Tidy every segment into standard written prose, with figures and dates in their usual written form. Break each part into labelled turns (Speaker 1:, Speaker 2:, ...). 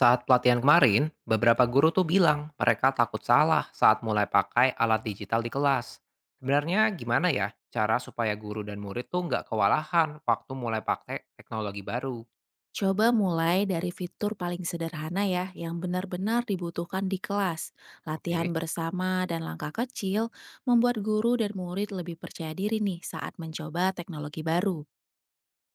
Speaker 1: Saat pelatihan kemarin, beberapa guru tuh bilang mereka takut salah saat mulai pakai alat digital di kelas. Sebenarnya gimana ya cara supaya guru dan murid tuh nggak kewalahan waktu mulai pakai teknologi baru?
Speaker 2: Coba mulai dari fitur paling sederhana ya, yang benar-benar dibutuhkan di kelas. Latihan
Speaker 1: Oke.
Speaker 2: bersama dan langkah kecil membuat guru dan murid lebih percaya diri nih saat mencoba teknologi baru.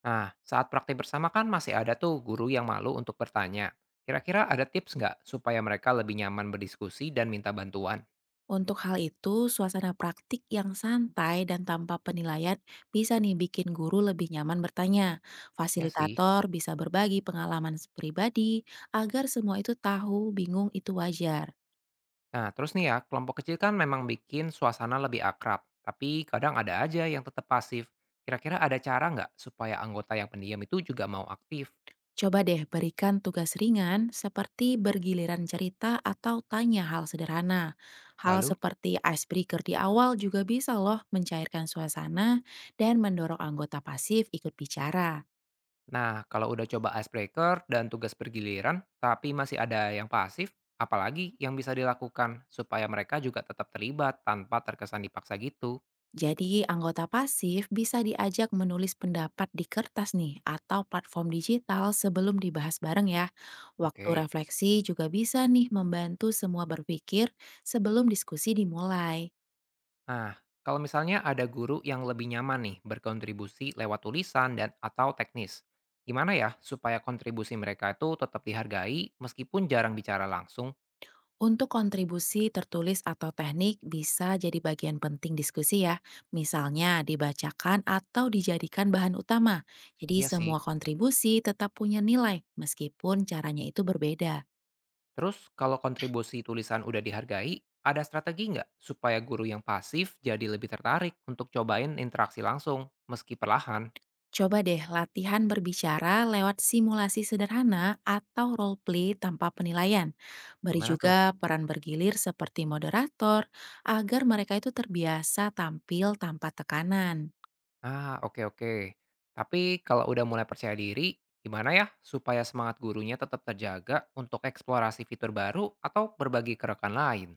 Speaker 1: Nah, saat praktik bersama kan masih ada tuh guru yang malu untuk bertanya. Kira-kira ada tips nggak supaya mereka lebih nyaman berdiskusi dan minta bantuan?
Speaker 2: Untuk hal itu, suasana praktik yang santai dan tanpa penilaian bisa nih bikin guru lebih nyaman bertanya.
Speaker 1: Ya sih.
Speaker 2: Fasilitator bisa berbagi pengalaman pribadi agar semua itu tahu bingung itu wajar.
Speaker 1: Nah, terus nih ya, kelompok kecil kan memang bikin suasana lebih akrab, tapi kadang ada aja yang tetap pasif. Kira-kira ada cara nggak supaya anggota yang pendiam itu juga mau aktif?
Speaker 2: Coba deh berikan tugas ringan seperti bergiliran cerita atau tanya hal sederhana. Hal
Speaker 1: Lalu,
Speaker 2: seperti icebreaker di awal juga bisa loh mencairkan suasana dan mendorong anggota pasif ikut bicara.
Speaker 1: nah kalau udah coba icebreaker dan tugas bergiliran, tapi masih ada yang pasif, apalagi yang bisa dilakukan supaya mereka juga tetap terlibat tanpa terkesan dipaksa gitu.
Speaker 2: Jadi, anggota pasif bisa diajak menulis pendapat di kertas nih atau platform digital sebelum dibahas bareng ya. Waktu
Speaker 1: Oke.
Speaker 2: refleksi juga bisa nih membantu semua berpikir sebelum diskusi dimulai.
Speaker 1: Nah, kalau misalnya ada guru yang lebih nyaman nih berkontribusi lewat tulisan dan atau teknis, gimana ya supaya kontribusi mereka itu tetap dihargai meskipun jarang bicara langsung?
Speaker 2: Untuk kontribusi tertulis atau teknik bisa jadi bagian penting diskusi ya, misalnya dibacakan atau dijadikan bahan utama. Jadi,
Speaker 1: Ya sih.
Speaker 2: semua kontribusi tetap punya nilai meskipun caranya itu berbeda.
Speaker 1: Terus kalau kontribusi tulisan udah dihargai, ada strategi nggak supaya guru yang pasif jadi lebih tertarik untuk cobain interaksi langsung meski perlahan?
Speaker 2: Coba deh latihan berbicara lewat simulasi sederhana atau role play tanpa penilaian. Beri
Speaker 1: Gimana tuh?
Speaker 2: juga peran bergilir seperti moderator agar mereka itu terbiasa tampil tanpa tekanan.
Speaker 1: Ah, oke oke. Tapi kalau udah mulai percaya diri, gimana ya supaya semangat gurunya tetap terjaga untuk eksplorasi fitur baru atau berbagi ke rekan lain?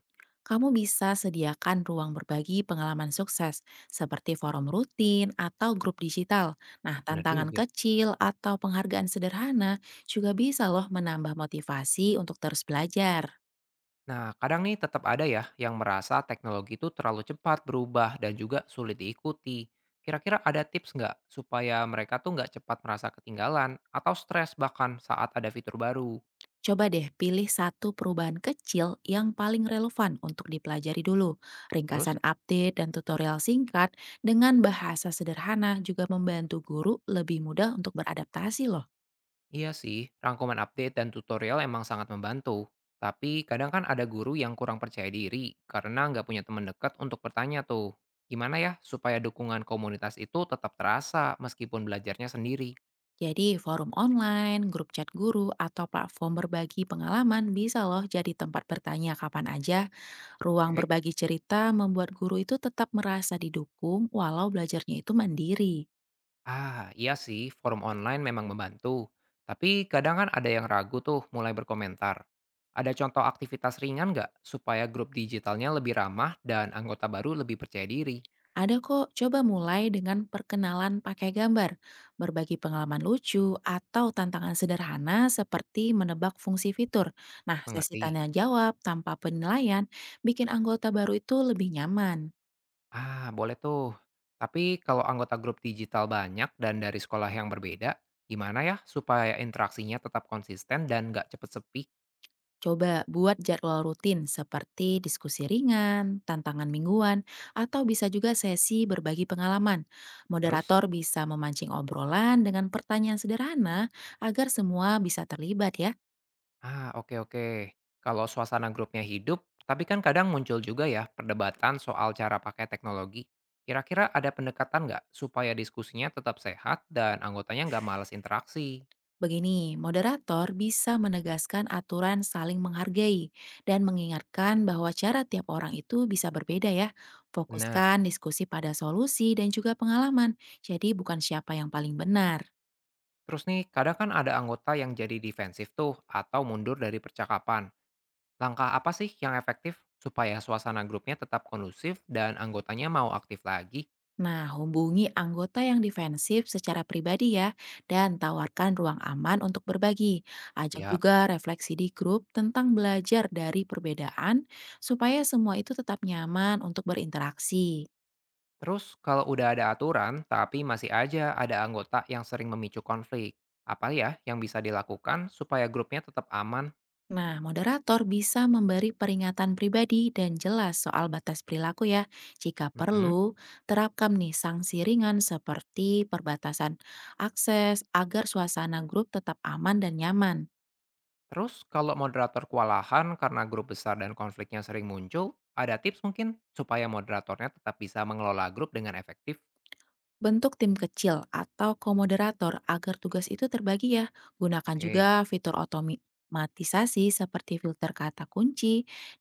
Speaker 2: Kamu bisa sediakan ruang berbagi pengalaman sukses seperti forum rutin atau grup digital. Nah,
Speaker 1: Benar
Speaker 2: tantangan
Speaker 1: juga.
Speaker 2: kecil atau penghargaan sederhana juga bisa loh menambah motivasi untuk terus belajar.
Speaker 1: Nah, kadang nih tetap ada ya yang merasa teknologi itu terlalu cepat berubah dan juga sulit diikuti. Kira-kira ada tips nggak supaya mereka tuh nggak cepat merasa ketinggalan atau stres bahkan saat ada fitur baru?
Speaker 2: Coba deh pilih satu perubahan kecil yang paling relevan untuk dipelajari dulu.
Speaker 1: Terus?
Speaker 2: Ringkasan update dan tutorial singkat dengan bahasa sederhana juga membantu guru lebih mudah untuk beradaptasi loh.
Speaker 1: Iya sih, rangkuman update dan tutorial emang sangat membantu. Tapi kadang kan ada guru yang kurang percaya diri karena nggak punya teman dekat untuk bertanya tuh. Gimana ya supaya dukungan komunitas itu tetap terasa meskipun belajarnya sendiri?
Speaker 2: Jadi, forum online, grup chat guru, atau platform berbagi pengalaman bisa loh jadi tempat bertanya kapan aja. Ruang
Speaker 1: Oke.
Speaker 2: berbagi cerita membuat guru itu tetap merasa didukung walau belajarnya itu mandiri.
Speaker 1: Ah, iya sih, forum online memang membantu. Tapi kadang kan ada yang ragu tuh mulai berkomentar. Ada contoh aktivitas ringan nggak supaya grup digitalnya lebih ramah dan anggota baru lebih percaya diri?
Speaker 2: Ada kok, coba mulai dengan perkenalan pakai gambar, berbagi pengalaman lucu, atau tantangan sederhana seperti menebak fungsi fitur. Nah, sesi
Speaker 1: Mengerti?
Speaker 2: tanya jawab tanpa penilaian bikin anggota baru itu lebih nyaman.
Speaker 1: Ah, boleh tuh. Tapi kalau anggota grup digital banyak dan dari sekolah yang berbeda, gimana ya supaya interaksinya tetap konsisten dan nggak cepet sepi?
Speaker 2: Coba buat jadwal rutin seperti diskusi ringan, tantangan mingguan, atau bisa juga sesi berbagi pengalaman.
Speaker 1: Terus,
Speaker 2: Moderator bisa memancing obrolan dengan pertanyaan sederhana agar semua bisa terlibat ya.
Speaker 1: ah, oke oke. Kalau suasana grupnya hidup, tapi kan kadang muncul juga ya perdebatan soal cara pakai teknologi. Kira-kira ada pendekatan nggak supaya diskusinya tetap sehat dan anggotanya nggak malas interaksi?
Speaker 2: Begini, moderator bisa menegaskan aturan saling menghargai dan mengingatkan bahwa cara tiap orang itu bisa berbeda ya.
Speaker 1: Benar.
Speaker 2: Fokuskan diskusi pada solusi dan juga pengalaman, jadi bukan siapa yang paling benar.
Speaker 1: Terus nih, kadang kan ada anggota yang jadi defensif tuh atau mundur dari percakapan. Langkah apa sih yang efektif supaya suasana grupnya tetap kondusif dan anggotanya mau aktif lagi?
Speaker 2: Nah, hubungi anggota yang defensif secara pribadi ya, dan tawarkan ruang aman untuk berbagi. Ajak
Speaker 1: Siap.
Speaker 2: juga refleksi di grup tentang belajar dari perbedaan, supaya semua itu tetap nyaman untuk berinteraksi.
Speaker 1: Terus kalau udah ada aturan tapi masih aja ada anggota yang sering memicu konflik, apa ya yang bisa dilakukan supaya grupnya tetap aman?
Speaker 2: Nah, moderator bisa memberi peringatan pribadi dan jelas soal batas perilaku ya. Jika
Speaker 1: Mm-mm.
Speaker 2: perlu, terapkan nih sanksi ringan seperti perbatasan akses agar suasana grup tetap aman dan nyaman.
Speaker 1: Terus kalau moderator kewalahan karena grup besar dan konfliknya sering muncul, ada tips mungkin supaya moderatornya tetap bisa mengelola grup dengan efektif?
Speaker 2: Bentuk tim kecil atau komoderator agar tugas itu terbagi ya. Gunakan juga
Speaker 1: Oke.
Speaker 2: fitur otomatisasi seperti filter kata kunci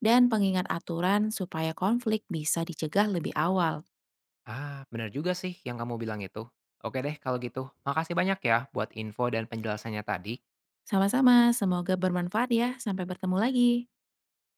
Speaker 2: dan pengingat aturan supaya konflik bisa dicegah lebih awal.
Speaker 1: Ah, benar juga sih yang kamu bilang itu. Oke deh kalau gitu, makasih banyak ya buat info dan penjelasannya tadi.
Speaker 2: Sama-sama, semoga bermanfaat ya. Sampai bertemu lagi.